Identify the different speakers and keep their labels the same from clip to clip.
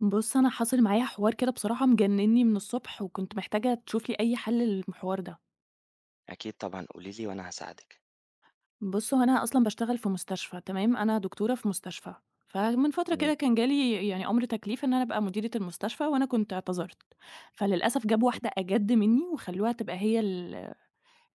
Speaker 1: بُص، أنا حصل معايا حوار كده بصراحة مجننّي من الصبح، وكنت محتاجة تشوف لي أي حل للحوار ده.
Speaker 2: أكيد طبعًا، قولي لي وأنا هاساعدِك.
Speaker 1: بُص، هو أنا أصلًا باشتغل في مستشفى، تمام؟ أنا دكتورة في مستشفى، فمن فترة
Speaker 2: إمم.
Speaker 1: كده كان جالي يعني أمر تكليف إن أنا أبقى مديرة المستشفى، وأنا كنت اعتذرت، فللأسف جابوا
Speaker 2: إمم.
Speaker 1: واحدة أجَد منّي وخلّوها تبقى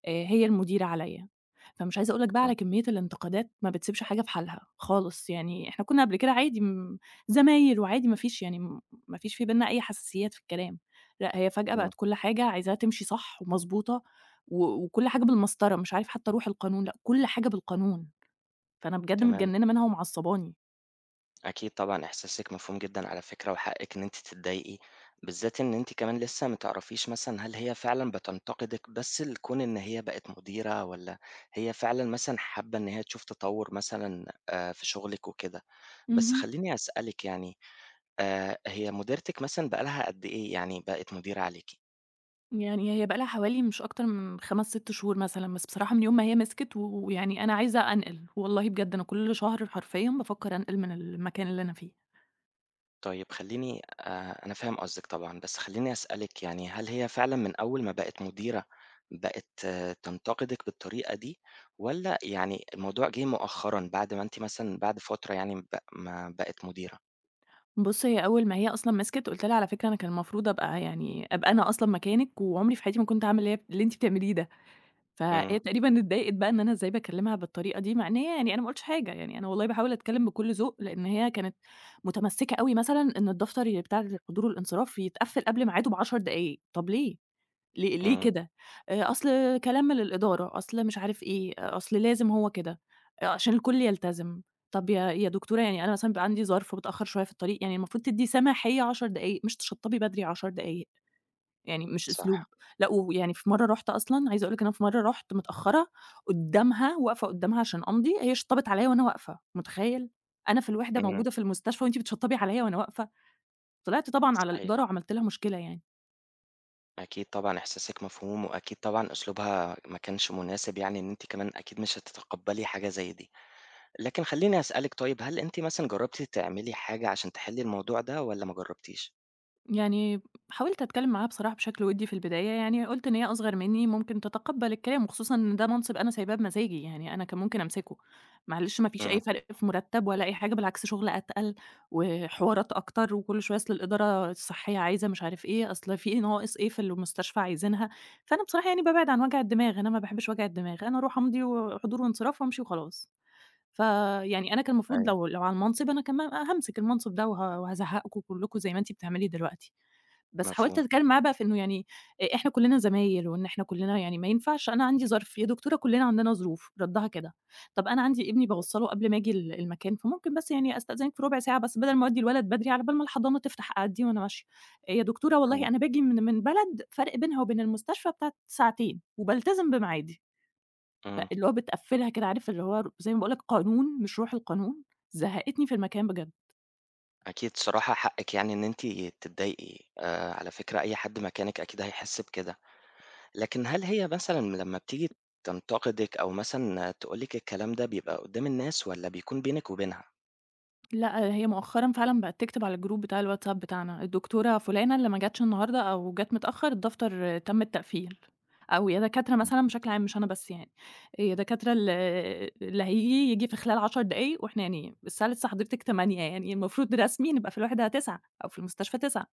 Speaker 1: هي المديرة عليّا. فمش عايزة أقول لك بقى
Speaker 2: إمم.
Speaker 1: على كمية الانتقادات، ما بتسيبش حاجة في حالها خالص، يعني إحنا كنا قبل كده عادي م زمايل، وعادي ما فيش يعني م ما فيش في بيننا أي حساسيات في الكلام، لأ هي فجأة
Speaker 2: إمم.
Speaker 1: بقت كل حاجة عايزاها تمشي صح ومضبوطة و وكل حاجة بالمسطرة، مش عارف حتى روح القانون، لأ كل حاجة بالقانون، فأنا بجد
Speaker 2: تمام.
Speaker 1: متجننة منها ومعصباني.
Speaker 2: أكيد طبعًا إحساسِك مفهوم جدًا على فكرة، وحقِّك إن أنتِ تتضايقي، بالذات إن أنتِ كمان لسه ما تعرفيش مثلًا هل هي فعلًا بتنتقدِك بس لكون إن هي بقت مديرة، والّا هي فعلًا مثلًا حابة إن هي تشوف تطوُّر مثلًا في شغلِك وكده. بس خلّيني أسألِك يعني، هي مديرتِك مثلًا بقى لها قد إيه يعني بقت مديرة عليكِ؟
Speaker 1: يعني هي بقى لها حوالي مش أكتر من 5، 6 شهور مثلًا، بس بصراحة من يوم ما هي مسكت و ويعني أنا عايزة أنقل، والله بجد أنا كل شهر حرفيًا بافكر أنقل من المكان اللي أنا فيه.
Speaker 2: طيب خلّيني أنا فاهم قصدِك طبعًا، بس خلّيني أسألِك يعني هل هي فعلًا من أول ما بقت مديرة بقت تنتقدِك بالطريقة دي، والّا يعني الموضوع جِه مؤخرًا بعد ما أنتِ مثلًا بعد فترة يعني ما بقت مديرة؟
Speaker 1: بُص، هي أول ما هي أصلًا مسكت قُلت لها: "على فكرة أنا كان المفروض أبقى أنا أصلًا مكانِك، وعمري في حياتي ما كنت هاعمل اللي أنتِ بتعمليه ده."
Speaker 2: إمم.
Speaker 1: فهي تقريبًا اتضايقت بقى إن أنا إزاي باكلمها بالطريقة دي، مع إن هي يعني أنا ما قُلتش حاجة، يعني أنا والله باحاول أتكلم بكل ذوق، لإن هي كانت متمسكة أوي مثلًا إن الدفتر بتاع الحضور والانصراف يتقفل قبل ميعاده ب10 دقايق، طب ليه؟! ليه
Speaker 2: إمم.
Speaker 1: كده؟ أصل كلام من الإدارة، أصل مش عارف إيه، آه، أصل لازم هو كده، عشان الكل يلتزم. طب يا دكتورة، يعني أنا مثلًا بيبقى عندي ظرف وباتأخر شوية في الطريق، يعني المفروض تدّي سماحية 10 دقايق، مش تشطّبي بدري 10 دقايق، يعني مش أسلوب.
Speaker 2: صح.
Speaker 1: لأ، ويعني في مرّة رُحت أصلًا عايزة أقول لِك إن أنا في مرّة رُحت متأخرة قدّامها، واقفة قدّامها عشان أمضي، هي شطّبت عليّا وأنا واقفة، متخيّل؟ أنا في الوحدة
Speaker 2: إمم.
Speaker 1: موجودة في المستشفى وأنتِ بتشطّبي عليّا وأنا واقفة! طلعت طبعًا على
Speaker 2: صحيح.
Speaker 1: الإدارة وعملت لها مشكلة يعني.
Speaker 2: أكيد طبعًا إحساسِك مفهوم، وأكيد طبعًا أسلوبها ما كانش مناسب يعني إن أنتِ كمان أكيد مش هتتقبّلي حاجة زي دي. لكن خلّيني أسألِك طيب هل أنتِ مثلًا جرّبتِ تعملي حاجة عشان تحلّي الموضوع ده والّا ما جرّبتيش؟
Speaker 1: يعني حاولت أتكلّم معاها بصراحة بشكل وِدّي في البداية، يعني قُلت إن هي أصغر منّي ممكن تتقبّل الكلام، وخصوصًا إن ده منصب أنا سايباه بمزاجي، يعني أنا كان ممكن أمسكه، معلش ما فيش
Speaker 2: إمم.
Speaker 1: أي فرق في مُرتّب ولا أي حاجة، بالعكس شُغل أتقل وحوارات أكتر، وكل شوية أصل الإدارة الصحية عايزة مش عارف إيه، أصل في ناقص إيه في المستشفى عايزينها، فأنا بصراحة يعني بابعد عن وجع الدماغ، أنا ما باحبش وجع الدماغ، أنا أروح أمضي وحضور وانصراف وأمشي وخلاص. فيعني أنا كان المفروض
Speaker 2: أيوه.
Speaker 1: لو على المنصب أنا كمان هامسك المنصب ده وه وهازهّقكم كلّكم زي ما أنتِ بتعملي دلوقتي. بس حاولت
Speaker 2: مفهوم.
Speaker 1: أتكلم معاه بقى في إنه يعني إحنا كلّنا زمايل، وإن إحنا كلّنا يعني ما ينفعش أنا عندي ظرف، يا دكتورة كلّنا عندنا ظروف، ردّها كده. طب أنا عندي ابني باوصّله قبل ما آجي المكان، فممكن بس يعني أستأذنِك في ربع ساعة بس بدل ما أودّي الولد بدري على بال ما الحضانة تفتح أعدّيه وأنا ماشية. يا دكتورة،
Speaker 2: إمم.
Speaker 1: والله أنا باجي من بلد فرق بينها وبين المستشفى بتاع ساعتين، وبالتزم بميعادي.
Speaker 2: إمم.
Speaker 1: فاللي هو بتقفّلها كده، عارف، اللي هو زي ما باقول لك قانون مش روح القانون، زهّقتني في المكان بجد.
Speaker 2: أكيد صراحة حقِّك يعني إن أنتِ تتضايقي، على فكرة أي حد مكانِك أكيد هيحس بكده، لكن هل هي مثلًا لمّا بتيجي تنتقدِك أو مثلًا تقول لِك الكلام ده بيبقى قدّام الناس والّا بيكون بينِك وبينها؟
Speaker 1: لأ، هي مؤخرًا فعلًا بقت تكتب على الجروب بتاع الWhatsApp بتاعنا، الدكتورة فلانة اللي ما جاتش النهارده أو جات متأخر الدفتر تم التقفيل، أو يا دكاترة
Speaker 2: إمم.
Speaker 1: مثلًا بشكل عام مش أنا بس يعني، يا دكاترة ال اللي هييجي ييجي في خلال 10 دقايق، وإحنا يعني الساعة لسه حضرتك 08:00، يعني المفروض رسمي نبقى في الوحدة 09:00 أو في المستشفى 09:00،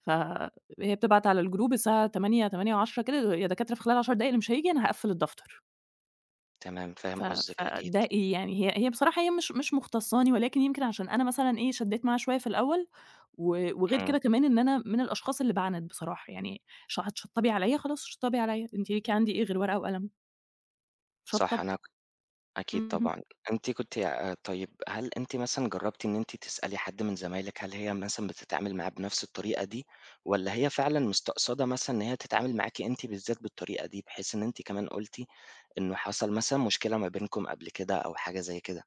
Speaker 1: فهي بتبعت على الجروب الساعة 08:00، 08:10 كده: يا دكاترة، في خلال 10 دقايق اللي مش هييجي أنا هاقفل الدفتر.
Speaker 2: تمام، فاهم
Speaker 1: ف
Speaker 2: قصدِك أكيد.
Speaker 1: فده إيه يعني، هي بصراحة هي مش مختصّاني، ولكن يمكن عشان أنا مثلًا إيه، شدّيت معاها شوية في الأول، و وغير
Speaker 2: إمم.
Speaker 1: كده كمان إن أنا من الأشخاص اللي باعند بصراحة، يعني هتشطّبي عليَّ خلاص شطّبي عليَّ، أنتِ ليكِ عندي إيه غير ورقة وقلم،
Speaker 2: صح.
Speaker 1: شطّب،
Speaker 2: أنا أكيد
Speaker 1: اهم.
Speaker 2: طبعًا. أنتِ كنتِ طيب هل أنتِ مثلًا جرّبتِ إن أنتِ تسألي حد من زمايلِك هل هي مثلًا بتتعامل معاه بنفس الطريقة دي والّا هي فعلًا مستقصدة مثلًا إن هي تتعامل معاكِ أنتِ بالذات بالطريقة دي، بحيث إن أنتِ كمان قُلتِ إنه حصل مثلًا مشكلة ما بينكم قبل كده أو حاجة زي كده؟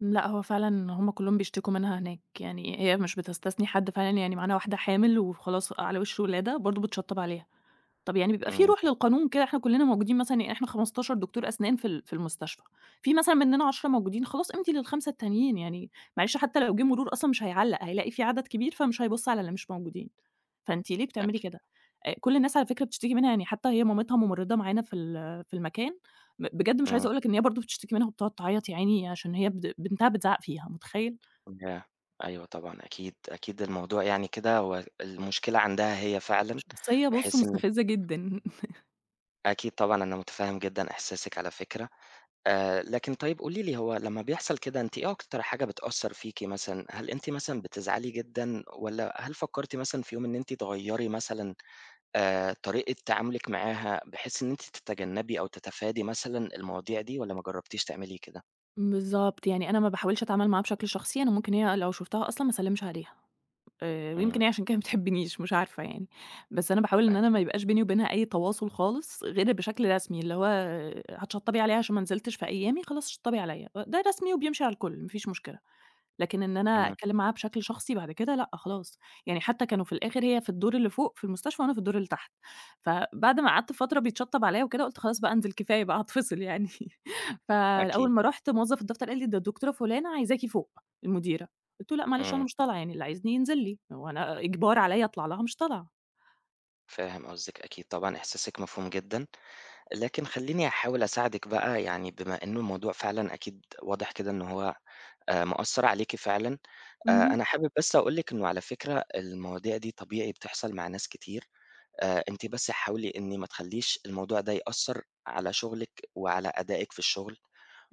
Speaker 1: لأ، هو فعلًا هُم كلّهم بيشتكوا منها هناك، يعني هي مش بتستثني حد فعلًا، يعني معانا واحدة حامل وخلاص على وِش ولادة برضه بتشطّب عليها. طب يعني بيبقى في
Speaker 2: إمم.
Speaker 1: روح للقانون كده، إحنا كلّنا موجودين مثلًا، يعني إحنا 15 دكتور أسنان في المستشفى، في مثلًا مننا 10 موجودين، خلاص امضي لل5 التانيين، يعني معلش حتى لو جه مرور أصلًا مش هيعلّق، هيلاقي في عدد كبير فمش هيبُص على اللي مش موجودين، فأنتِ ليه بتعملي
Speaker 2: أكي
Speaker 1: كده؟ كل الناس على فكرة بتشتكي منها، يعني حتى هي مامتها ممرضة معانا في المكان، بجد مش
Speaker 2: إمم.
Speaker 1: عايزة أقول لك إن هي برضه بتشتكي منها وبتقعد تعيّط يا عيني عشان هي بنتها بتزعّق فيها، متخيّل؟
Speaker 2: ياه! أيوه طبعًا أكيد، أكيد الموضوع يعني كده هو المشكلة عندها هي فعلًا،
Speaker 1: شخصية، بُص،
Speaker 2: بحيث إن
Speaker 1: مستفزة جدًا.
Speaker 2: أكيد طبعًا أنا مُتفهّم جدًا إحساسِك على فكرة. لكن طيب قولي لي هو لمّا بيحصل كده أنتِ إيه أكتر حاجة بتأثّر فيكِ مثلًا؟ هل أنتِ مثلًا بتزعلي جدًا والّا هل فكّرتِ مثلًا في يوم إن أنتِ تغيّري مثلًا طريقة تعاملِك معاها بحيث إن أنتِ تتجنّبي أو تتفادي مثلًا المواضيع دي والّا ما جرّبتيش تعملي كده؟
Speaker 1: بالضبط، يعني أنا ما باحاولش أتعامل معاها بشكل شخصي، أنا ممكن هي لو شُفتها أصلًا ما أسلّمش عليها، ويمكن
Speaker 2: إمم.
Speaker 1: هي عشان كده ما بتحبنيش، مش عارفة يعني، بس أنا باحاول إن أنا ما
Speaker 2: أكيد.
Speaker 1: يبقاش بيني وبينها أي تواصل خالص غير بشكل رسمي، اللي هو هتشطّبي عليها عشان ما نزلتش في أيامي، خلاص شطّبي عليَّ، ده رسمي وبيمشي على الكل، ما فيش مشكلة. لكن إن أنا
Speaker 2: إمم.
Speaker 1: أتكلّم معاها بشكل شخصي بعد كده، لأ خلاص، يعني حتى كانوا في الآخر هي في الدور اللي فوق في المستشفى وأنا في الدور اللي تحت، فبعد ما قعدت فترة بيتشطّب عليّا وكده قُلت خلاص بقى أنزل، كفاية بقى هاتفصل يعني،
Speaker 2: أكيد.
Speaker 1: فأول ما رُحت موظّف الدفتر قال لي: "ده الدكتورة فُلانة عايزاكِ فوق، المديرة." قُلت له: "لأ معلش،
Speaker 2: إمم.
Speaker 1: أنا مش طالعة، يعني اللي عايزني ينزل لي، هو أنا إجبار عليّا أطلع لها، مش طالعة."
Speaker 2: فاهم قصدِك أكيد طبعًا إحساسِك مفهوم جدًا، لكن خلّيني أحاول أساعدِك بقى يعني بما إنه الموضوع فعلًا أكيد واضح كده إن هو مأثّر عليكِ فعلًا.
Speaker 1: اهم،
Speaker 2: أنا حابب بس أقول لِك إنه على فكرة المواضيع دي طبيعي بتحصل مع ناس كتير، أنتِ بس حاولي إن ما تخلّيش الموضوع ده يأثّر على شغلِك وعلى أدائِك في الشغل،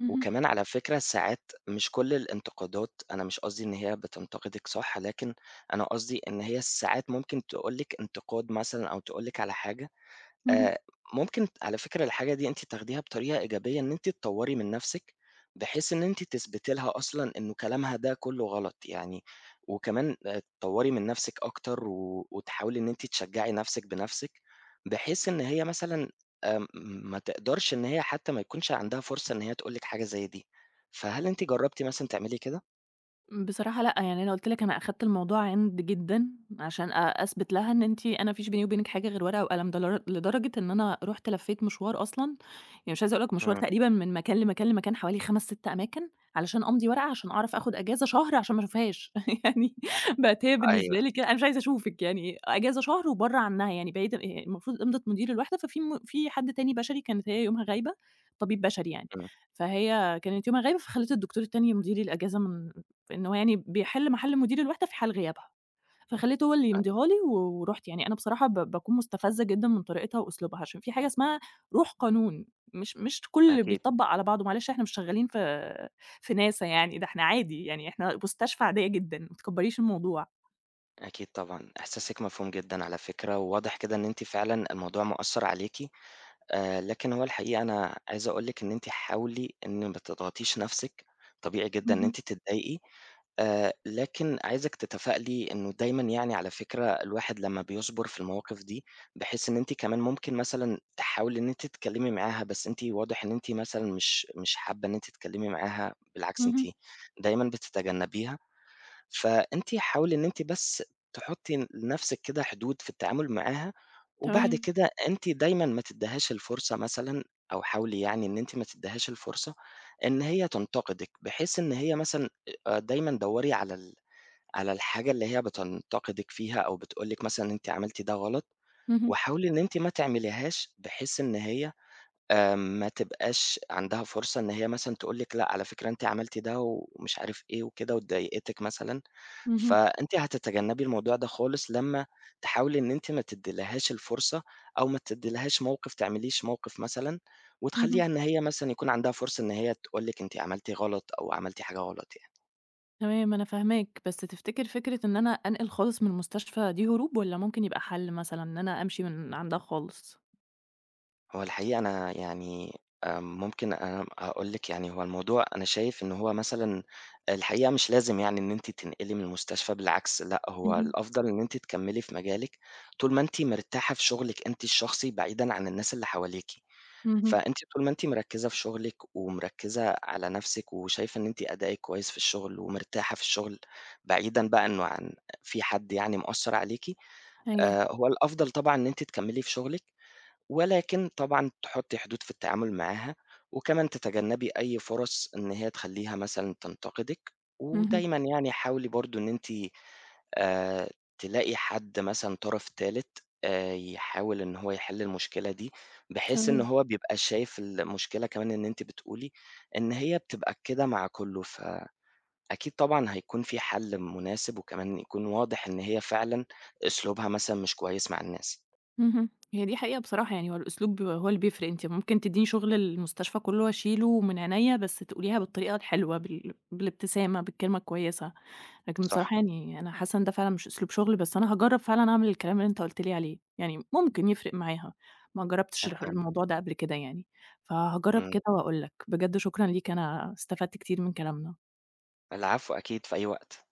Speaker 1: اهم،
Speaker 2: وكمان على فكرة ساعات مش كل الانتقادات أنا مش قصدي إن هي بتنتقدِك صح، لكن أنا قصدي إن هي ساعات ممكن تقول لِك انتقاد مثلًا أو تقول لِك على حاجة.
Speaker 1: اهم.
Speaker 2: آآ ممكن على فكرة الحاجة دي أنتِ تاخديها بطريقة إيجابية، إن أنتِ تطوّري من نَفْسِك، بحيث إن أنتِ تثبتي لها أصلًا إنه كلامها ده كُلّه غلط يعني، وكمان تطوّري من نَفْسِك أكتر و وتحاولي إن أنتِ تشجّعي نَفْسِك بنَفْسِك، بحيث إن هي مثلًا آمم ما تقدرش إن هي حتى ما يكونش عندها فرصة إن هي تقول لِك حاجة زي دي، فهل أنتِ جرّبتِ مثلًا تعملي كده؟
Speaker 1: بصراحة لأ، يعني أنا قُلت لِك أنا أخدت الموضوع عِند جدًا، عشان أثبت لها إن أنتِ أنا ما فيش بيني وبينِك حاجة غير ورقة وقلم، ده لدرجة إن أنا رُحت لفيت مشوار أصلًا، يعني مش عايزة أقول لك مشوار
Speaker 2: إمم.
Speaker 1: تقريبًا من مكان لمكان لمكان حوالي 5، 6 أماكن، علشان أمضي ورقة عشان أعرف آخد إجازة شهر عشان ما اشوفهاش يعني بقت هي
Speaker 2: أيوه.
Speaker 1: بالنسبة لي كده أنا مش عايزة أشوفِك، يعني إجازة شهر وبرّه عنها، يعني بعيدة. هي المفروض إمضة مدير الوحدة، ففي م في حد تاني بشري كانت هي يومها غايبة، طبيب بشري يعني،
Speaker 2: إمم.
Speaker 1: فهي كانت يومها غايبة فخلّت الدكتور التاني يمضي لي الإجازة، من إنه يعني بيحل محل مدير الوحدة في حال غيابها، فخلّيته هو اللي يمضيها
Speaker 2: أيوه.
Speaker 1: لي و ورُحت، يعني أنا بصراحة باكون مستفزة جدًا من طريقتها وأسلوبها، عشان في حاجة اسمها روح قانون، مش كل اللي
Speaker 2: أكيد.
Speaker 1: بيطبّق على بعضه، معلش إحنا مش شغالين في ناسا يعني، ده إحنا عادي، يعني إحنا مستشفى عادية جدًا، ما تكبّريش الموضوع.
Speaker 2: أكيد طبعًا، إحساسِك مفهوم جدًا على فكرة، وواضح كده إن أنتِ فعلًا الموضوع مأثّر عليكِ. لكن هو الحقيقة أنا عايز أقول لِك إن أنتِ حاولي إن ما تضغطيش نَفْسِك، طبيعي جدًا إن
Speaker 1: اهم،
Speaker 2: أنتِ تتضايقي، لكن عايزِك تتفائلي إنه دايمًا يعني على فكرة الواحد لمّا بيصبر في المواقف دي، بحيث إن أنتِ كمان ممكن مثلًا تحاولي إن أنتِ تتكلمي معاها، بس أنتِ واضح إن أنتِ مثلًا مش حابة إن أنتِ تتكلمي معاها، بالعكس أنتِ
Speaker 1: اهم،
Speaker 2: دايمًا بتتجنبيها. فأنتِ حاولي إن أنتِ بس تحطّي لنفسِك كده حدود في التعامل معاها، وبعد
Speaker 1: تمام،
Speaker 2: كده أنتِ دايمًا ما تدّيهاش الفرصة مثلًا أو حاولي يعني إن أنتِ ما تدّيهاش الفرصة إن هي تنتقدِك، بحيث إن هي مثلًا دايمًا دَوّري على الحاجة اللي هي بتنتقدِك فيها أو بتقول لِك مثلًا أنتِ عملتِ ده غلط،
Speaker 1: اهم،
Speaker 2: وحاولي إن أنتِ ما تعمليهاش بحيث إن هي ما تبقاش عندها فرصة إن هي مثلًا تقول لِك لأ على فكرة أنتِ عملتِ ده ومش عارف إيه وكده وضايقتِك مثلًا.
Speaker 1: اهم،
Speaker 2: فأنتِ هتتجنبي الموضوع ده خالص لمّا تحاولي إن أنتِ ما تدّيلهاش الفرصة أو ما تدّيلهاش موقِف تعمليش موقِف مثلًا وتخلّيها
Speaker 1: اهم،
Speaker 2: إن هي مثلًا يكون عندها فرصة إن هي تقول لِك أنتِ عملتِ غلط أو عملتِ حاجة غلط يعني.
Speaker 1: تمام، أنا فاهماك، بس تفتكر فكرة إن أنا أنقل خالص من المستشفى دي هروب، والّا ممكن يبقى حل مثلًا إن أنا أمشي من عندها خالص؟
Speaker 2: هو الحقيقة أنا يعني ممكن أنا أقول لِك يعني هو الموضوع أنا شايف إن هو مثلًا الحقيقة مش لازم يعني إن أنتِ تنقلي من المستشفى، بالعكس، لأ هو
Speaker 1: اهم،
Speaker 2: الأفضل إن أنتِ تكمّلي في مجالِك طول ما أنتِ مرتاحة في شُغلِك أنتِ الشخصي بعيدًا عن الناس اللي حواليكِ.
Speaker 1: اهم،
Speaker 2: فأنتِ طول ما أنتِ مركّزة في شغلِك، ومركّزة على نَفْسِك، وشايفة إن أنتِ أدائِك كويس في الشغل، ومرتاحة في الشغل، بعيدًا بقى إنه عن في حد يعني مأثّر عليكِ،
Speaker 1: أيوه.
Speaker 2: هو الأفضل طبعًا إن أنتِ تكمّلي في شغلِك، ولكن طبعًا تحطّي حدود في التعامل معاها، وكمان تتجنّبي أي فرص إن هي تخلّيها مثلًا تنتقدِك،
Speaker 1: اهم،
Speaker 2: ودايمًا يعني حاولي برضه إن أنتِ آآ تلاقي حد مثلًا طرف تالت يحاول إن هو يحل المشكلة دي، بحيث إن
Speaker 1: تمام،
Speaker 2: هو بيبقى شايف المشكلة كمان إن أنتِ بتقولي إن هي بتبقى كده مع كُلّه، فأكيد طبعًا هيكون في حل مناسب وكمان يكون واضح إن هي فعلًا أسلوبها مثلًا مش كويس مع الناس.
Speaker 1: اهم. هي دي حقيقة بصراحة، يعني هو الأسلوب بيبقى هو اللي بيفرق، أنتِ ممكن تدّيني شغل المستشفى كلّه أشيله من عينيّا، بس تقوليها بالطريقة الحلوة، بالابتسامة، بالكلمة الكويسة، لكن
Speaker 2: صح.
Speaker 1: بصراحة يعني أنا حاسة إن ده فعلًا مش أسلوب شغل، بس أنا هاجرّب فعلًا أعمل الكلام اللي أنت قُلت لي عليه، يعني ممكن يفرق معاها، ما جرّبتش
Speaker 2: أتمنى.
Speaker 1: الموضوع ده قبل كده يعني، فهاجرّب
Speaker 2: إمم.
Speaker 1: كده وأقول لك. بجد شكرًا ليك، أنا استفدت كتير من كلامنا.
Speaker 2: العفو أكيد في أي وقت.